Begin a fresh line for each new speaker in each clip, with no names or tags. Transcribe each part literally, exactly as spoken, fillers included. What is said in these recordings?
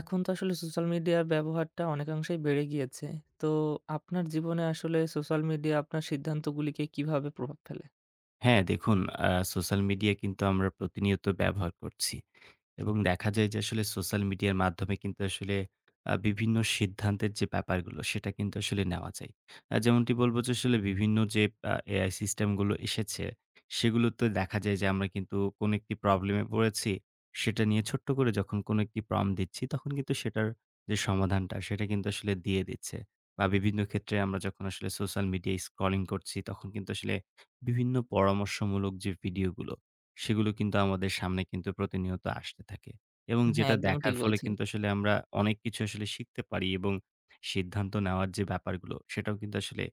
এখন তো আসলে সোশ্যাল মিডিয়ার ব্যবহারটা অনেকাংশেই বেড়ে গিয়েছে। তো আপনার জীবনে আসলে সোশ্যাল মিডিয়া আপনার সিদ্ধান্তগুলিকে কিভাবে প্রভাব ফেলে?
হ্যাঁ, দেখুন। আ সোশ্যাল মিডিয়া কিন্তু আমরা প্রতিনিয়ত ব্যবহার করছি। এবং দেখা যায় যে আসলে সোশ্যাল মিডিয়ার মাধ্যমে কিন্তু আসলে আ বিভিন্ন সিদ্ধান্তের যে ব্যাপারগুলো সেটা কিন্তু আসলে নেওয়া যায়। আ যেমনটি বলবো যে আসলে বিভিন্ন যে আ এ আই সিস্টেম গুলো এসেছে, সেগুলোতে দেখা যায় যে আমরা কিন্তু কোনো একটি প্রবলেম এ পড়েছি, সেটা নিয়ে ছোট্ট করে যখন কোনো একটি prompt দিচ্ছি, তখন কিন্তু সেটার যে সমাধানটা সেটা কিন্তু আসলে দিয়ে দিচ্ছে। বা বিভিন্ন ক্ষেত্রে আমরা যখন আসলে সোশ্যাল মিডিয়ায় স্ক্রলিং করছি, তখন কিন্তু আসলে বিভিন্ন পরামর্শমূলক যে ভিডিওগুলো, সেগুলো কিন্তু আমাদের সামনে কিন্তু প্রতিনিয়ত আসতে থাকে। এবং
হ্যাঁ,
যেটা
একদমই ঠিক
দেখার ফলে
বলছেন।
কিন্তু আসলে আমরা অনেক কিছু আসলে শিখতে পারি এবং সিদ্ধান্ত নেওয়ার যে ব্যাপারগুলো, সেটাও কিন্তু আসলে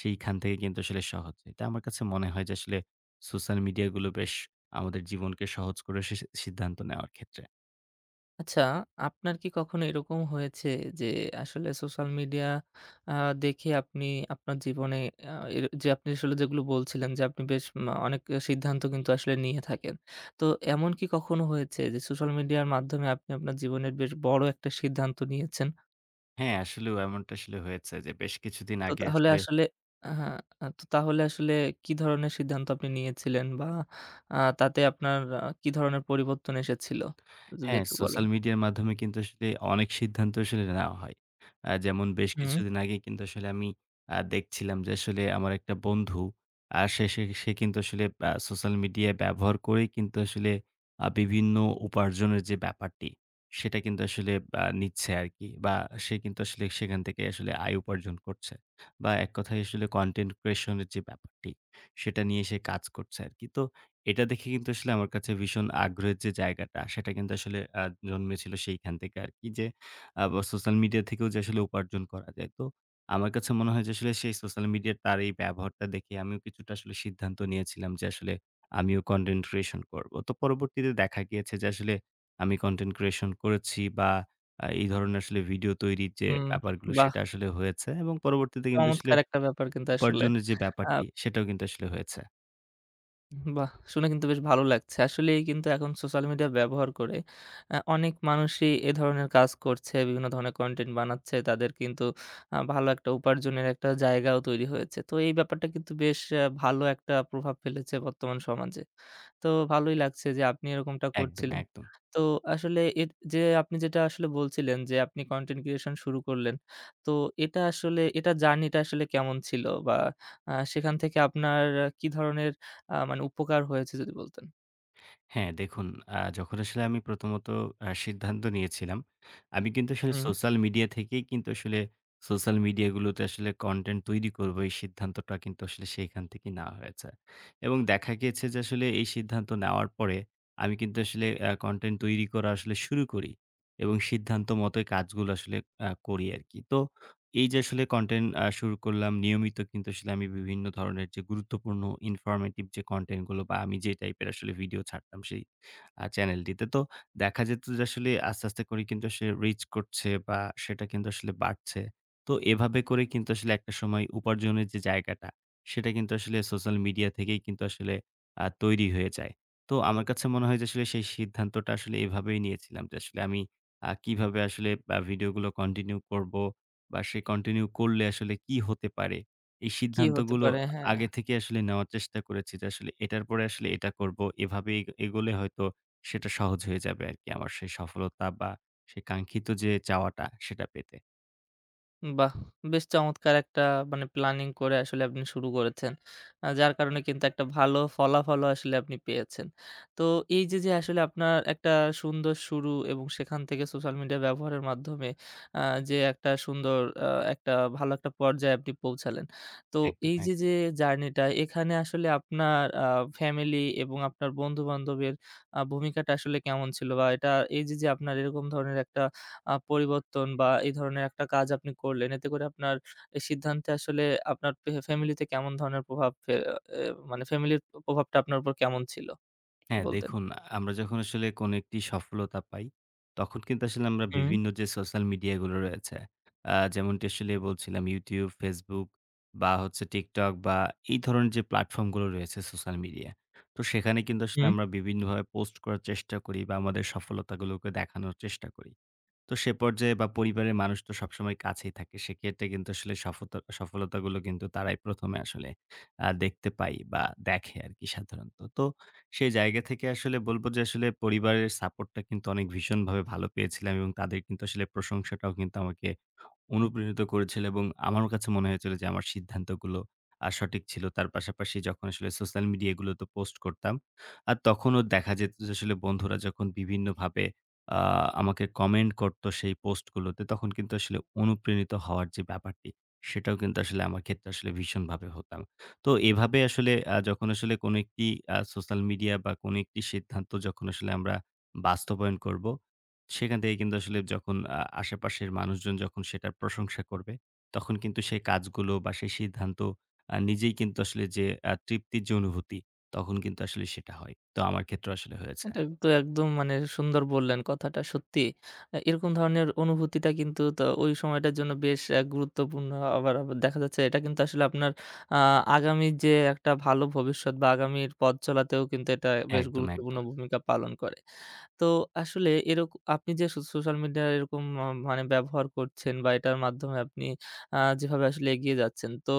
সেইখান থেকে কিন্তু আসলে সহজ হয়। তাই আমার কাছে মনে হয় যে আসলে সোশ্যাল মিডিয়াগুলো বেশ আমাদের জীবনকে সহজ করে সে সিদ্ধান্ত নেওয়ার ক্ষেত্রে।
আচ্ছা, আপনার কি কখনো এরকম হয়েছে যে আসলে সোশ্যাল মিডিয়া আ দেখে আপনি আপনার জীবনে আ এর যে আপনি আসলে যেগুলো বলছিলেন যে আপনি বেশ মা অনেক সিদ্ধান্ত কিন্তু আসলে নিয়ে থাকেন। তো এমন কি কখনো হয়েছে যে সোশ্যাল মিডিয়ার মাধ্যমে আপনি আপনার জীবনের বেশ বড় একটা সিদ্ধান্ত নিয়েছেন?
হ্যাঁ, আসলেও এমনটা আসলে হয়েছে যে বেশ কিছুদিন
তো
আগে
তাহলে
আসলে।
আসলে হ্যাঁ, তো তাহলে আসলে কি ধরনের সিদ্ধান্ত আপনি নিয়েছিলেন? বা আ তাতে আপনার আ কি ধরনের পরিবর্তন এসেছিল? যদি
হ্যাঁ,
একটু বলেন।
সোশ্যাল মিডিয়ার মাধ্যমে কিন্তু আসলে অনেক সিদ্ধান্ত আসলে নেওয়া হয়। আ যেমন বেশ
হুম,
কিছুদিন আগে কিন্তু আসলে আমি আ দেখছিলাম যে আসলে আমার একটা বন্ধু, আ সে সে সে কিন্তু আসলে আ সোশ্যাল মিডিয়া ব্যবহার করেই কিন্তু আসলে আ বিভিন্ন উপার্জনের যে ব্যাপারটি, সেটা কিন্তু আসলে আ নিচ্ছে আরকি। বা সে কিন্তু আসলে সেখান থেকে আসলে আয় উপার্জন করছে। বা এক কথায় আসলে কনটেন্ট creation এর যে ব্যাপারটি, সেটা নিয়ে সে কাজ করছে আরকি। তো এটা দেখে কিন্তু আসলে আমার কাছে ভীষণ আগ্রহের যে জায়গাটা, সেটা কিন্তু আসলে আ জন্মেছিল সেইখান থেকে আরকি যে, আ সোশ্যাল মিডিয়া থেকেও যে আসলে উপার্জন করা যায়। তো আমার কাছে মনে হয় যে আসলে সেই সোশ্যাল মিডিয়ার তার এই ব্যবহারটা দেখে আমিও কিছুটা আসলে সিদ্ধান্ত নিয়েছিলাম যে আসলে আমিও কনটেন্ট ক্রিয়েশন করব। তো পরবর্তীতে দেখা গিয়েছে যে আসলে আমি কনটেন্ট ক্রিয়েশন করেছি বা আ এই ধরনের আসলে ভিডিও তৈরির যে
হুম,
ব্যাপারগুলো
বাহ!
সেটা আসলে হয়েছে এবং পরবর্তীতে কিন্তু আসলে
চমৎকার একটা ব্যাপার কিন্তু আসলে।
উপার্জনের যে
আ
ব্যাপারটি সেটাও কিন্তু আসলে হয়েছে।
বাহ! শুনে কিন্তু বেশ ভালো লাগছে। আসলেই কিন্তু এখন সোশ্যাল মিডিয়া ব্যবহার করে আ অনেক মানুষই এ ধরনের কাজ করছে, বিভিন্ন ধরনের কনটেন্ট বানাচ্ছে। তাদের কিন্তু আ ভালো একটা উপার্জনের একটা জায়গাও তৈরি হয়েছে। তো এই ব্যাপারটা কিন্তু বেশ আ ভালো একটা প্রভাব ফেলেছে বর্তমান সমাজে। তো ভালোই লাগছে যে আপনি এরকমটা
একদম,
করছিলেন।
একদম।
তো আসলে এর যে আপনি যেটা আসলে বলছিলেন যে আপনি কনটেন্ট ক্রিয়েশন শুরু করলেন। তো এটা আসলে এটা জার্নিটা আসলে কেমন ছিল? বা আ সেখান থেকে আপনার আহ, কি ধরনের আ মানে উপকার হয়েছে যদি বলতেন?
হ্যাঁ, দেখুন। আ যখন আসলে আমি প্রথমত আ সিদ্ধান্ত নিয়েছিলাম, আমি কিন্তু আসলে
হুম।
সোশ্যাল মিডিয়া থেকেই কিন্তু আসলে সোশ্যাল মিডিয়া গুলোতে আসলে কনটেন্ট তৈরি করব, এই সিদ্ধান্তটা কিন্তু আসলে সেখান থেকেই নেওয়া হয়েছে। এবং দেখা গিয়েছে যে আসলে এই সিদ্ধান্ত নেওয়ার পরে আমি কিন্তু আসলে আ কনটেন্ট তৈরি করা আসলে শুরু করি এবং সিদ্ধান্ত মতোই কাজগুলো আসলে আ করি আরকি। তো এই যে আসলে কনটেন্ট আ শুরু করলাম নিয়মিত, কিন্তু আসলে আমি বিভিন্ন ধরনের যে গুরুত্বপূর্ণ ইনফরমেটিভ যে কনটেন্ট গুলো বা আমি যে টাইপের আসলে ভিডিও ছাড়তাম সেই আ চ্যানেলটিতে। তো দেখা যেত যে আসলে আস্তে, আস্তে করে কিন্তু আসলে রিচ করছে বা সেটা কিন্তু আসলে বাড়ছে। তো এভাবে করে কিন্তু আসলে একটা সময় উপার্জনের যে জায়গাটা সেটা কিন্তু আসলে সোশ্যাল মিডিয়া থেকেই কিন্তু আসলে আ তৈরি হয়ে যায়। তো আমার কাছে মনে হয় যে আসলে সেই সিদ্ধান্তটা আসলে এভাবেই নিয়েছিলাম যে আসলে আমি আ কিভাবে আসলে আ ভিডিওগুলো কন্টিনিউ করব। বা সে কন্টিনিউ করলে আসলে কি হতে পারে? এই
কি হতে
সিদ্ধান্তগুলো
পারে? হ্যাঁ।
আগে থেকে আসলে নেওয়ার চেষ্টা করেছি যে আসলে এটার পরে আসলে এটা করব। এভাবে এগ এগোলে হয়তো সেটা সহজ হয়ে যাবে আরকি আমার সেই সফলতা বা সেই কাঙ্ক্ষিত যে চাওয়াটা সেটা পেতে।
বাহ! বেশ চমৎকার একটা মানে প্ল্যানিং করে আসলে আপনি শুরু করেছেন। আ যার কারণে কিন্তু একটা ভালো ফলাফলও আসলে আপনি পেয়েছেন। তো এই যে, যে আসলে আপনার একটা সুন্দর শুরু এবং সেখান থেকে সোশ্যাল মিডিয়া ব্যবহারের মাধ্যমে আ যে একটা সুন্দর আ একটা ভালো একটা পর্যায়ে আপনি পৌঁছালেন। তো
একদম,
এই যে,
একদম।
যে জার্নিটা এখানে আসলে আপনার আ ফ্যামিলি এবং আপনার বন্ধু-বান্ধবের আ ভূমিকাটা আসলে কেমন ছিল? বা এটা এই যে, যে আপনার এরকম ধরনের একটা আ পরিবর্তন বা এই ধরনের একটা কাজ আপনি করলেন। এতে করে আপনার এই সিদ্ধান্তে আসলে আপনার ফে ফ্যামিলিতে কেমন ধরনের প্রভাব ফে এ মানে ফ্যামিলির প্রভাবটা আপনার উপর কেমন ছিল? যদি
হ্যাঁ,
বলতেন।
দেখুন। আমরা যখন আসলে কোন একটি সফলতা পাই, তখন কিন্তু আসলে আমরা
হুম,
বিভিন্ন যে সোশ্যাল মিডিয়া গুলো রয়েছে, আ যেমনটি আসলে বলছিলাম YouTube, Facebook বা হচ্ছে TikTok বা এই ধরনের যে প্ল্যাটফর্ম গুলো রয়েছে সোশ্যাল মিডিয়া। তো সেখানে কিন্তু আসলে
হুম।
আমরা বিভিন্নভাবে পোস্ট করার চেষ্টা করি বা আমাদের সফলতাগুলোকে দেখানোর চেষ্টা করি। তো সে পর্যায়ে বা পরিবারের মানুষ তো সবসময় কাছেই থাকে। সেক্ষেত্রে কিন্তু আসলে সফতা সফলতাগুলো কিন্তু তারাই প্রথম এ আসলে আ দেখতে পায় বা দেখে আরকি সাধারণত। তো সেই জায়গা থেকে আসলে বলব যে আসলে পরিবারের সাপোর্টটা কিন্তু অনেক ভীষণভাবে ভালো পেয়েছিলাম এবং তাদের কিন্তু আসলে প্রশংসাটাও কিন্তু আমাকে অনুপ্রেরিত করেছিল এবং আমার কাছে মনে হয়েছিল যে আমার সিদ্ধান্তগুলো আ সঠিক ছিল। তার পাশাপাশি যখন আসলে সোশ্যাল মিডিয়া এগুলোতে পোস্ট করতাম, আর তখনও দেখা যেত যে আসলে বন্ধুরা যখন বিভিন্নভাবে আ আমাকে কমেন্ট করত সেই পোস্টগুলোতে, তখন কিন্তু আসলে অনুপ্রেরিত হওয়ার যে ব্যাপারটি, সেটাও কিন্তু আসলে আমার ক্ষেত্রে আসলে ভীষণভাবে হতাম। তো এভাবে আসলে আ যখন আসলে কোনো একটি আ সোশ্যাল মিডিয়া বা কোনো একটি সিদ্ধান্ত যখন আসলে আমরা বাস্তবায়ন করব, সেখান থেকে কিন্তু আসলে যখন আ আশেপাশের মানুষজন যখন সেটার প্রশংসা করবে, তখন কিন্তু সেই কাজগুলো বা সেই সিদ্ধান্ত আ নিজেই কিন্তু আসলে যে আ তৃপ্তির যে অনুভূতি, তখন কিন্তু আসলে সেটা হয়। তো আমার ক্ষেত্রেও আসলে হয়েছে।
এটা তো একদম মানে সুন্দর বললেন কথাটা সত্যি। এ এরকম ধরনের অনুভূতিটা কিন্তু তো ওই সময়টার জন্য বেশ অ্যা গুরুত্বপূর্ণ। আবার, আবার দেখা যাচ্ছে এটা কিন্তু আসলে আপনার আ আগামী যে একটা ভালো ভবিষ্যৎ বা আগামীর পথ চলাতেও কিন্তু এটা বেশ
একদম,
গুরুত্বপূর্ণ
একদম।
ভূমিকা পালন করে। তো আসলে এরক আপনি যে সো সোশ্যাল মিডিয়ার এরকম ম মানে ব্যবহার করছেন বা এটার মাধ্যমে আপনি আ যেভাবে আসলে এগিয়ে যাচ্ছেন। তো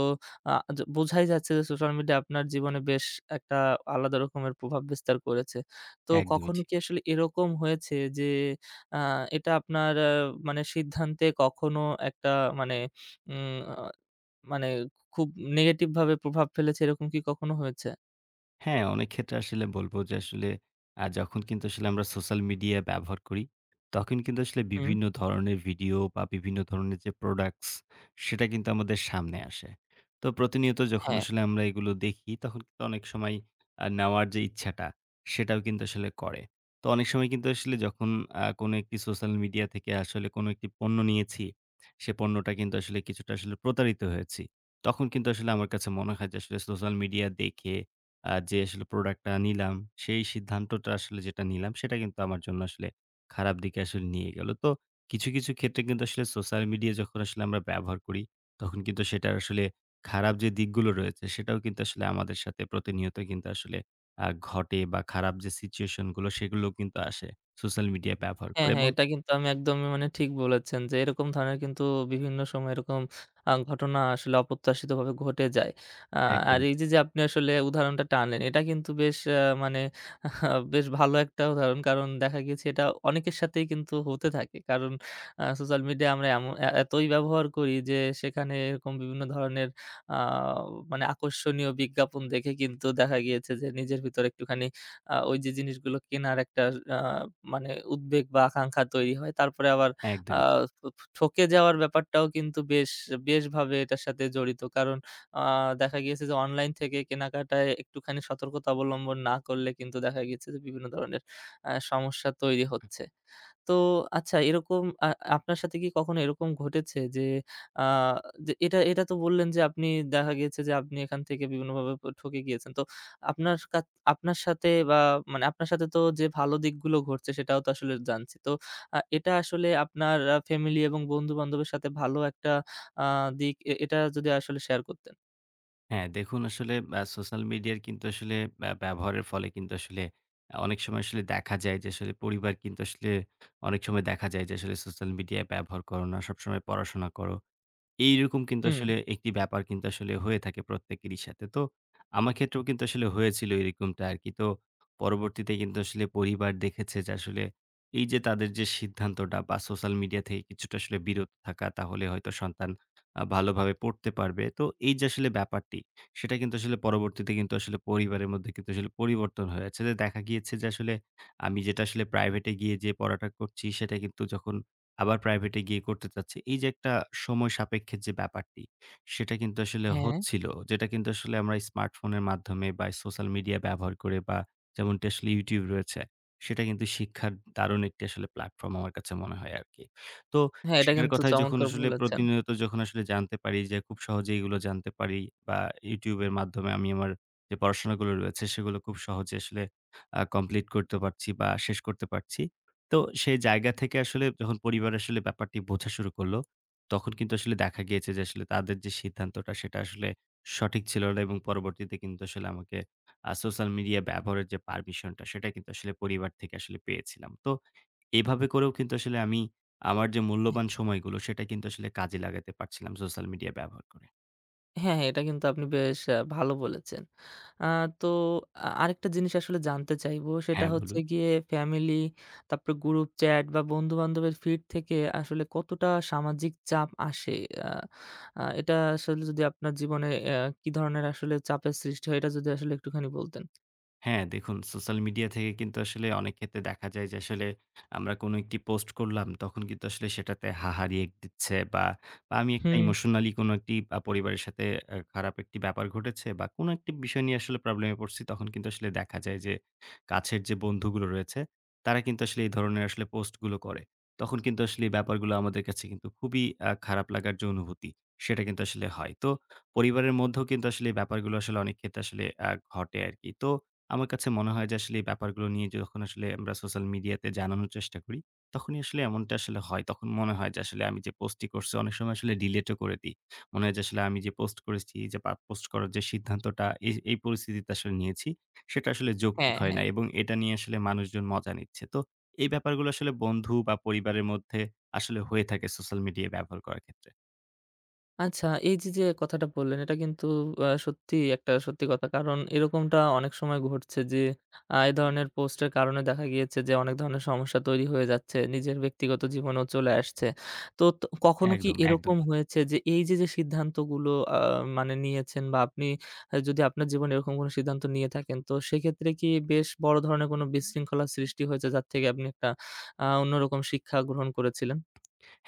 আ য বোঝাই যাচ্ছে যে সোশ্যাল মিডিয়া আপনার জীবনে বেশ একটা আলাদা রকমের প্রভাব বিস্তার করেছে। তো
একদমই
কখনো
ঠিক।
কি আসলে এরকম হয়েছে যে আ এটা আপনার আ মানে সিদ্ধান্তে কখনো একটা মানে উম আ মানে খুব নেগেটিভ ভাবে প্রভাব ফেলেছে এরকম কি কখনো হয়েছে?
হ্যাঁ, অনেক ক্ষেত্রে আসলে বলব যে আসলে আ যখন কিন্তু আসলে আমরা সোশ্যাল মিডিয়া ব্যবহার করি, তখন কিন্তু আসলে
হুম,
বিভিন্ন ধরনের ভিডিও বা বিভিন্ন ধরনের যে প্রোডাক্টস সেটা কিন্তু আমাদের সামনে আসে। তো প্রতিনিয়ত যখন
হ্যাঁ।
আসলে আমরা এগুলো দেখি, তখন কিন্তু অনেক সময় আ নেওয়ার যে ইচ্ছাটা সেটাও কিন্তু আসলে করে। তো অনেক সময় কিন্তু আসলে যখন আ কোনো একটি সোশ্যাল মিডিয়া থেকে আসলে কোনো একটি পণ্য নিয়েছি, সে পণ্যটা কিন্তু আসলে কিছুটা আসলে প্রতারিত হয়েছি। তখন কিন্তু আসলে আমার কাছে মনে হয় যে আসলে সোশ্যাল মিডিয়া দেখে আ যে আসলে প্রোডাক্টটা নিলাম, সেই সিদ্ধান্তটা আসলে যেটা নিলাম, সেটা কিন্তু আমার জন্য আসলে খারাপ দিকে আসলে নিয়ে গেল। তো কিছু, কিছু ক্ষেত্রে কিন্তু আসলে সোশ্যাল মিডিয়া যখন আসলে আমরা ব্যবহার করি, তখন কিন্তু সেটার আসলে খারাপ যে দিকগুলো রয়েছে, সেটাও কিন্তু আসলে আমাদের সাথে প্রতিনিয়ত কিন্তু আসলে আ ঘটে বা খারাপ যে সিচুয়েশন গুলো, সেগুলোও কিন্তু আসে সোশ্যাল মিডিয়া ব্যবহার
হ্যাঁ,
করে
হ্যাঁ,
এবং।
এটা কিন্তু আমি একদমই মানে ঠিক বলেছেন যে এরকম ধরনের কিন্তু বিভিন্ন সময় এরকম আ ঘটনা আসলে অপ্রত্যাশিতভাবে ঘটে যায়। আ আর
একদমই
এই
ঠিক,
যে, যে আপনি আসলে উদাহরণটা টানলেন এটা কিন্তু বেশ আ মানে বেশ ভালো একটা উদাহরণ। কারণ দেখা গিয়েছে এটা অনেকের সাথেই কিন্তু হতে থাকে। কারণ আ সোশ্যাল মিডিয়া আমরা এমন এ এতই ব্যবহার করি যে সেখানে এরকম বিভিন্ন ধরনের আ মানে আকর্ষণীয় বিজ্ঞাপন দেখে কিন্তু দেখা গিয়েছে যে নিজের ভিতরে একটুখানি আ ওই যে জিনিসগুলো কেনার একটা আ মানে উদ্বেগ বা আকাঙ্খা তৈরি হয়। তারপরে আবার আ
একদমই ঠিক।
ঠকে যাওয়ার ব্যাপারটাও কিন্তু বেশ বেশভাবে এটার সাথে জড়িত। কারণ আ দেখা গিয়েছে যে অনলাইন থেকে কেনাকাটায় একটুখানি সতর্কতা অবলম্বন না করলে কিন্তু দেখা গিয়েছে যে বিভিন্ন ধরনের আ সমস্যা তৈরি হচ্ছে। তো আচ্ছা এরকম আ আপনার সাথে কি কখনো এরকম ঘটেছে যে আ যে এটা এটা তো বললেন যে আপনি দেখা গিয়েছে যে আপনি এখান থেকে বিভিন্নভাবে প ঠকে গিয়েছেন। তো আপনার কাত আপনার সাথে বা মানে আপনার সাথে তো যে ভালো দিকগুলো ঘটছে সেটাও তো আসলে জানছি। তো আ এটা আসলে আপনার আ ফ্যামিলি এবং বন্ধু-বান্ধবের সাথে ভালো একটা আ দিক এ এটা যদি আসলে শেয়ার করতেন।
হ্যাঁ, দেখুন আসলে আ সোশ্যাল মিডিয়ার কিন্তু আসলে ব্যা ব্যবহারের ফলে কিন্তু আসলে আ অনেক সময় আসলে দেখা যায় যে আসলে পরিবার কিন্তু আসলে অনেক সময় দেখা যায় যে আসলে সোশ্যাল মিডিয়া ব্যবহার করো না, সবসময় পড়াশোনা করো। এইরকম কিন্তু
হুম,
আসলে একটি ব্যাপার কিন্তু আসলে হয়ে থাকে প্রত্যেকেরই সাথে। তো আমার ক্ষেত্রেও কিন্তু আসলে হয়েছিল এরকমটা আরকি। তো পরবর্তীতে কিন্তু আসলে পরিবার দেখেছে যে আসলে এই যে তাদের যে সিদ্ধান্তটা বা সোশ্যাল মিডিয়া থেকে কিছুটা আসলে বিরত থাকা, তাহলে হয়তো সন্তান আ ভালোভাবে পড়তে পারবে। তো এই যে আসলে ব্যাপারটি, সেটা কিন্তু আসলে পরবর্তীতে কিন্তু আসলে পরিবারের মধ্যে কিন্তু আসলে পরিবর্তন হয়েছে। যে দেখা গিয়েছে যে আসলে আমি যেটা আসলে প্রাইভেটে গিয়ে যে পড়াটা করছি, সেটা কিন্তু যখন আবার প্রাইভেটে গিয়ে করতে চাচ্ছি। এই যে একটা সময় সাপেক্ষের যে ব্যাপারটি, সেটা কিন্তু আসলে
হ্যাঁ,
হচ্ছিল। যেটা কিন্তু আসলে আমরা স্মার্টফোনের মাধ্যমে বা সোশ্যাল মিডিয়া ব্যবহার করে বা যেমনটি আসলে YouTube রয়েছে, সেটা কিন্তু শিক্ষার দারুণ একটি আসলে প্ল্যাটফর্ম আমার কাছে মনে হয় আরকি। তো
হ্যাঁ এটা
সেটার
কিন্তু
কথাই যখন
চমৎকার
আসলে
বলেছেন।
প্রতিনিয়ত যখন আসলে জানতে পারি যে খুব সহজেই এগুলো জানতে পারি বা YouTube এর মাধ্যমে আমি আমার যে পড়াশোনাগুলো রয়েছে সেগুলো খুব সহজে আসলে আ কমপ্লিট করতে পারছি বা শেষ করতে পারছি। তো সেই জায়গা থেকে আসলে যখন পরিবার আসলে ব্যাপারটি বোঝা শুরু করলো, তখন কিন্তু আসলে দেখা গিয়েছে যে আসলে তাদের যে সিদ্ধান্তটা সেটা আসলে সঠিক ছিল না এবং পরবর্তীতে কিন্তু আসলে আমাকে আ সোশ্যাল মিডিয়া ব্যবহারের যে পারমিশন টা সেটা কিন্তু আসলে পরিবার থেকে আসলে পেয়েছিলাম। তো এভাবে করেও কিন্তু আসলে আমি আমার যে মূল্যবান সময়গুলো সেটা কিন্তু আসলে কাজে লাগাতে পারছিলাম সোশ্যাল মিডিয়া ব্যবহার করে।
হ্যাঁ, হ্যাঁ, এটা কিন্তু আপনি বেশ আ ভালো বলেছেন। আ তো আ আরেকটা জিনিস আসলে জানতে চাইবো সেটা
হ্যাঁ,
হচ্ছে
বলুন।
গিয়ে ফ্যামিলি, তারপরে গ্রুপ চ্যাট বা বন্ধু-বান্ধবের ফিড থেকে আসলে কতটা সামাজিক চাপ আসে? আ আ এটা আসলে যদি আপনার জীবনে অ্যা কি ধরনের আসলে চাপের সৃষ্টি হয় এটা যদি আসলে একটুখানি বলতেন?
হ্যাঁ, দেখুন। সোশ্যাল মিডিয়া থেকে কিন্তু আসলে অনেক ক্ষেত্রে দেখা যায় যে আসলে আমরা কোনো একটি পোস্ট করলাম, তখন কিন্তু আসলে সেটাতে হাহা রিঅ্যাক্ট দিচ্ছে বা, বা আমি একটা
হুম,
ইমোশনালি কোনো একটি আ পরিবারের সাথে আ খারাপ একটি ব্যাপার ঘটেছে বা, কোনো একটি বিষয় নিয়ে আসলে প্রবলেমে পড়ছি, তখন কিন্তু আসলে দেখা যায় যে কাছের যে বন্ধুগুলো রয়েছে, তারা কিন্তু আসলে এই ধরনের আসলে পোস্টগুলো করে। তখন কিন্তু আসলে এই ব্যাপারগুলো আমাদের কাছে কিন্তু খুবই আ খারাপ লাগার যে অনুভূতি, সেটা কিন্তু আসলে হয়। তো পরিবারের মধ্যেও কিন্তু আসলে এই ব্যাপারগুলো আসলে অনেক ক্ষেত্রে আসলে আ ঘটে আরকি। তো আমার কাছে মনে হয় যে আসলে এই ব্যাপারগুলো নিয়ে যখন আসলে আমরা সোশ্যাল মিডিয়াতে জানানোর চেষ্টা করি, তখনই আসলে এমনটা আসলে হয়। তখন মনে হয় যে আসলে আমি যে পোস্টটি করছি অনেক সময় আসলে ডিলিটও করে দেই। মনে হয় যে আসলে আমি যে পোস্ট করেছি যে বা পোস্ট করার যে সিদ্ধান্তটা এই এই পরিস্থিতিতে আসলে নিয়েছি, সেটা আসলে যৌক্তিক
হ্যাঁ,
হয় না
হ্যাঁ।
এবং এটা নিয়ে আসলে মানুষজন মজা নিচ্ছে। তো এই ব্যাপারগুলো আসলে বন্ধু বা পরিবারের মধ্যে আসলে হয়ে থাকে সোশ্যাল মিডিয়া ব্যবহার করার ক্ষেত্রে।
আচ্ছা, এই যে, যে, কথাটা বললেন এটা কিন্তু আ সত্যিই একটা সত্যি কথা। কারণ এরকমটা অনেক সময় ঘটছে যে, আ এই ধরনের পোস্টের কারণে দেখা গিয়েছে যে, অনেক ধরনের সমস্যা তৈরি হয়ে যাচ্ছে। নিজের ব্যক্তিগত জীবনেও চলে আসছে। তো ত কখনো কি
একদম, একদম।
এরকম হয়েছে যে, এই যে, যে, সিদ্ধান্তগুলো আ মানে নিয়েছেন বা আপনি আ যদি আপনার জীবনে এরকম কোনো সিদ্ধান্ত নিয়ে থাকেন, তো সেক্ষেত্রে কি বেশ বড় ধরনের কোনো বিশৃঙ্খলার সৃষ্টি হয়েছে যার থেকে আপনি একটা আ অন্যরকম শিক্ষা গ্রহণ করেছিলেন?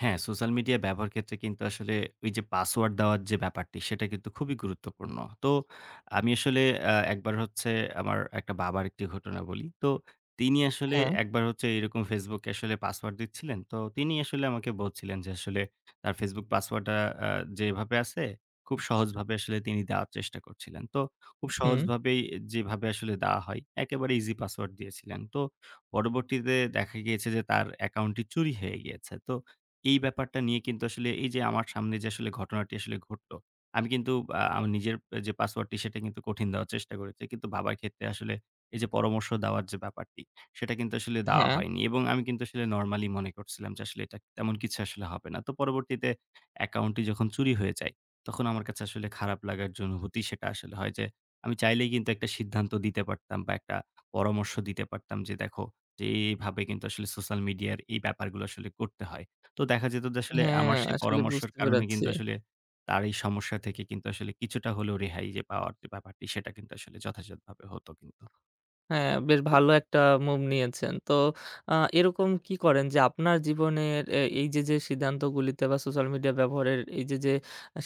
হ্যাঁ, সোশ্যাল মিডিয়া ব্যবহার ক্ষেত্রে কিন্তু আসলে ওই যে পাসওয়ার্ড দেওয়ার যে ব্যাপারটি, সেটা কিন্তু খুবই গুরুত্বপূর্ণ। তো আমি আসলে আ একবার হচ্ছে আমার একটা বাবার একটি ঘটনা বলি। তো তিনি আসলে
হ্যাঁ,
একবার হচ্ছে এরকম Facebook এ আসলে পাসওয়ার্ড দিচ্ছিলেন। তো তিনি আসলে আমাকে বলছিলেন যে আসলে তার Facebook পাসওয়ার্ডটা আ যেভাবে আছে, খুব সহজভাবে আসলে তিনি দেওয়ার চেষ্টা করছিলেন। তো খুব
হুম,
সহজভাবেই যেভাবে আসলে দেওয়া হয়, একেবারে ইজি পাসওয়ার্ড দিয়েছিলেন। তো পরবর্তীতে দেখা গিয়েছে যে তার অ্যাকাউন্টটি চুরি হয়ে গিয়েছে। তো এই ব্যাপারটা নিয়ে কিন্তু আসলে এই যে আমার সামনে যে আসলে ঘটনাটি আসলে ঘটলো, আমি কিন্তু আ আমার নিজের যে পাসওয়ার্ডটি সেটা কিন্তু কঠিন দেওয়ার চেষ্টা করেছি। কিন্তু বাবার ক্ষেত্রে আসলে এই যে পরামর্শ দেওয়ার যে ব্যাপারটি, সেটা কিন্তু আসলে দেওয়া
হ্যাঁ।
হয়নি। এবং আমি কিন্তু আসলে নরমালি মনে করছিলাম যে আসলে এটা তেমন কিছু আসলে হবে না। তো পরবর্তীতে অ্যাকাউন্টটি যখন চুরি হয়ে যায়, তখন আমার কাছে আসলে খারাপ লাগার যে অনুভূতি সেটা আসলে হয় যে, আমি চাইলেই কিন্তু একটা সিদ্ধান্ত দিতে পারতাম বা একটা পরামর্শ দিতে পারতাম যে, "দেখো যে এইভাবে কিন্তু আসলে সোশ্যাল মিডিয়ার এই ব্যাপারগুলো আসলে করতে হয়।" তো দেখা যেত যে আসলে
হ্যাঁ,
আমার সেই
আসলে
পরামর্শের
বুঝতে
কারণে
পেরেছি।
কিন্তু আসলে তার এই সমস্যা থেকে কিন্তু আসলে কিছুটা হলেও রেহাই যে পাওয়ার যে ব্যাপারটি সেটা কিন্তু আসলে যথাযথভাবে হতো কিন্তু।
হ্যাঁ, বেশ ভালো একটা মুভ নিয়েছেন। তো আ এরকম কি করেন যে আপনার জীবনের এ এই যে, যে সিদ্ধান্তগুলিতে বা সোশ্যাল মিডিয়া ব্যবহারের এই যে, যে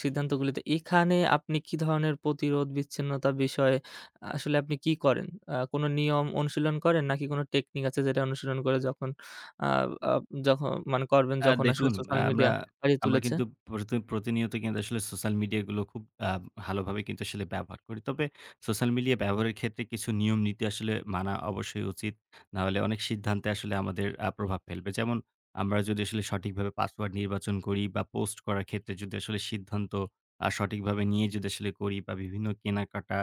সিদ্ধান্তগুলিতে এখানে আপনি কি ধরনের প্রতিরোধ বিচ্ছিন্নতা বিষয়ে আসলে আপনি কি করেন? আ কোন নিয়ম অনুশীলন করেন নাকি কোন টেকনিক আছে যেটা অনুশীলন করে যখন আ আ যখন মানে করবেন
আ
যখন আসলে
দেখুন।
সোশ্যাল
আহ আমরা,
মিডিয়া বাড়িয়ে
আমরা
তুলেছে?
কিন্তু প্রতি প্রতিনিয়ত কিন্তু আসলে সোশ্যাল মিডিয়া গুলো খুব আ ভালোভাবে কিন্তু আসলে ব্যবহার করি। তবে সোশ্যাল মিডিয়া ব্যবহারের ক্ষেত্রে কিছু নিয়ম নীতি আসলে মানা অবশ্যই উচিত। না হলে অনেক সিদ্ধান্তে আসলে আমাদের আ প্রভাব ফেলবে। যেমন আমরা যদি আসলে সঠিকভাবে পাসওয়ার্ড নির্বাচন করি বা পোস্ট করার ক্ষেত্রে যদি আসলে সিদ্ধান্ত আ সঠিকভাবে নিয়ে যদি আসলে করি বা বিভিন্ন কেনাকাটা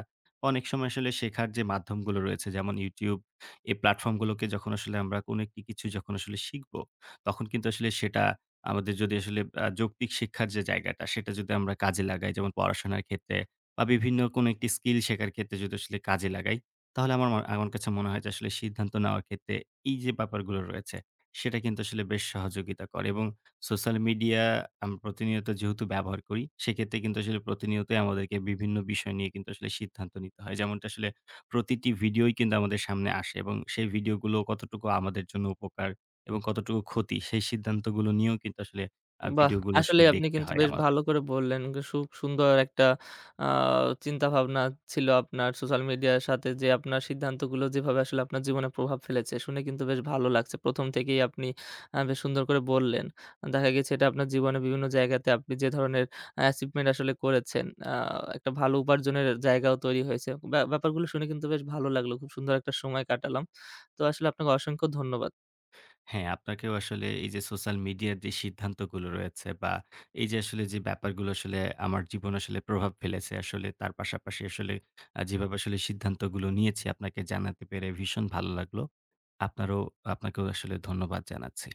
অনেক সময় আসলে শেখার যে মাধ্যমগুলো রয়েছে যেমন YouTube, এই প্ল্যাটফর্ম গুলোকে যখন আসলে আমরা কোনো একটি কিছু যখন আসলে শিখব, তখন কিন্তু আসলে সেটা আমাদের যদি আসলে আ যৌক্তিক শিক্ষার যে জায়গাটা, সেটা যদি আমরা কাজে লাগাই, যেমন পড়াশোনার ক্ষেত্রে বা বিভিন্ন কোনো একটি স্কিল শেখার ক্ষেত্রে যদি আসলে কাজে লাগাই, তাহলে আমার মা আমার কাছে মনে হয় যে আসলে সিদ্ধান্ত নেওয়ার ক্ষেত্রে এই যে ব্যাপারগুলো রয়েছে, সেটা কিন্তু আসলে বেশ সহযোগিতা করে এবং সোশ্যাল মিডিয়া আমরা প্রতিনিয়ত যেহেতু ব্যবহার করি, সেক্ষেত্রে কিন্তু আসলে প্রতিনিয়তই আমাদেরকে বিভিন্ন বিষয় নিয়ে কিন্তু আসলে সিদ্ধান্ত নিতে হয়। যেমনটা আসলে প্রতিটি ভিডিওই কিন্তু আমাদের সামনে আসে এবং সেই ভিডিওগুলো কতটুকু আমাদের জন্য উপকার এবং কতটুকু ক্ষতি সেই সিদ্ধান্তগুলো নিয়েও কিন্তু আসলে আ
বাহ!
ভিডিওগুলো আসলে
আসলেই আপনি
দেখতে
কিন্তু
হয়
বেশ
আমার।
ভালো করে বললেন। সুব সুন্দর একটা আ চিন্তাভাবনা ছিল আপনার সোশ্যাল মিডিয়ার সাথে যে আপনার সিদ্ধান্তগুলো যেভাবে আসলে আপনার জীবনে প্রভাব ফেলেছে শুনে কিন্তু বেশ ভালো লাগছে। প্রথম থেকেই আপনি আ বেশ সুন্দর করে বললেন। দেখা গেছে এটা আপনার জীবনে বিভিন্ন জায়গাতে আপনি যে ধরনের অ্যাচিভমেন্ট আসলে করেছেন আ একটা ভালো উপার্জনের জায়গাও তৈরি হয়েছে। ব্যা ব্যাপারগুলো শুনে কিন্তু বেশ ভালো লাগলো। খুব সুন্দর একটা সময় কাটালাম। তো আসলে আপনাকে অসংখ্য ধন্যবাদ।
হ্যাঁ, আপনাকেও আসলে এই যে সোশ্যাল মিডিয়ার যে সিদ্ধান্তগুলো রয়েছে বা এই যে আসলে যে ব্যাপারগুলো আসলে আমার জীবনে আসলে প্রভাব ফেলেছে আসলে তার পাশাপাশি আসলে আ যেভাবে আসলে সিদ্ধান্তগুলো নিয়েছি আপনাকে জানাতে পেরে ভীষণ ভালো লাগলো। আপনারও আপনাকেও আসলে ধন্যবাদ জানাচ্ছি।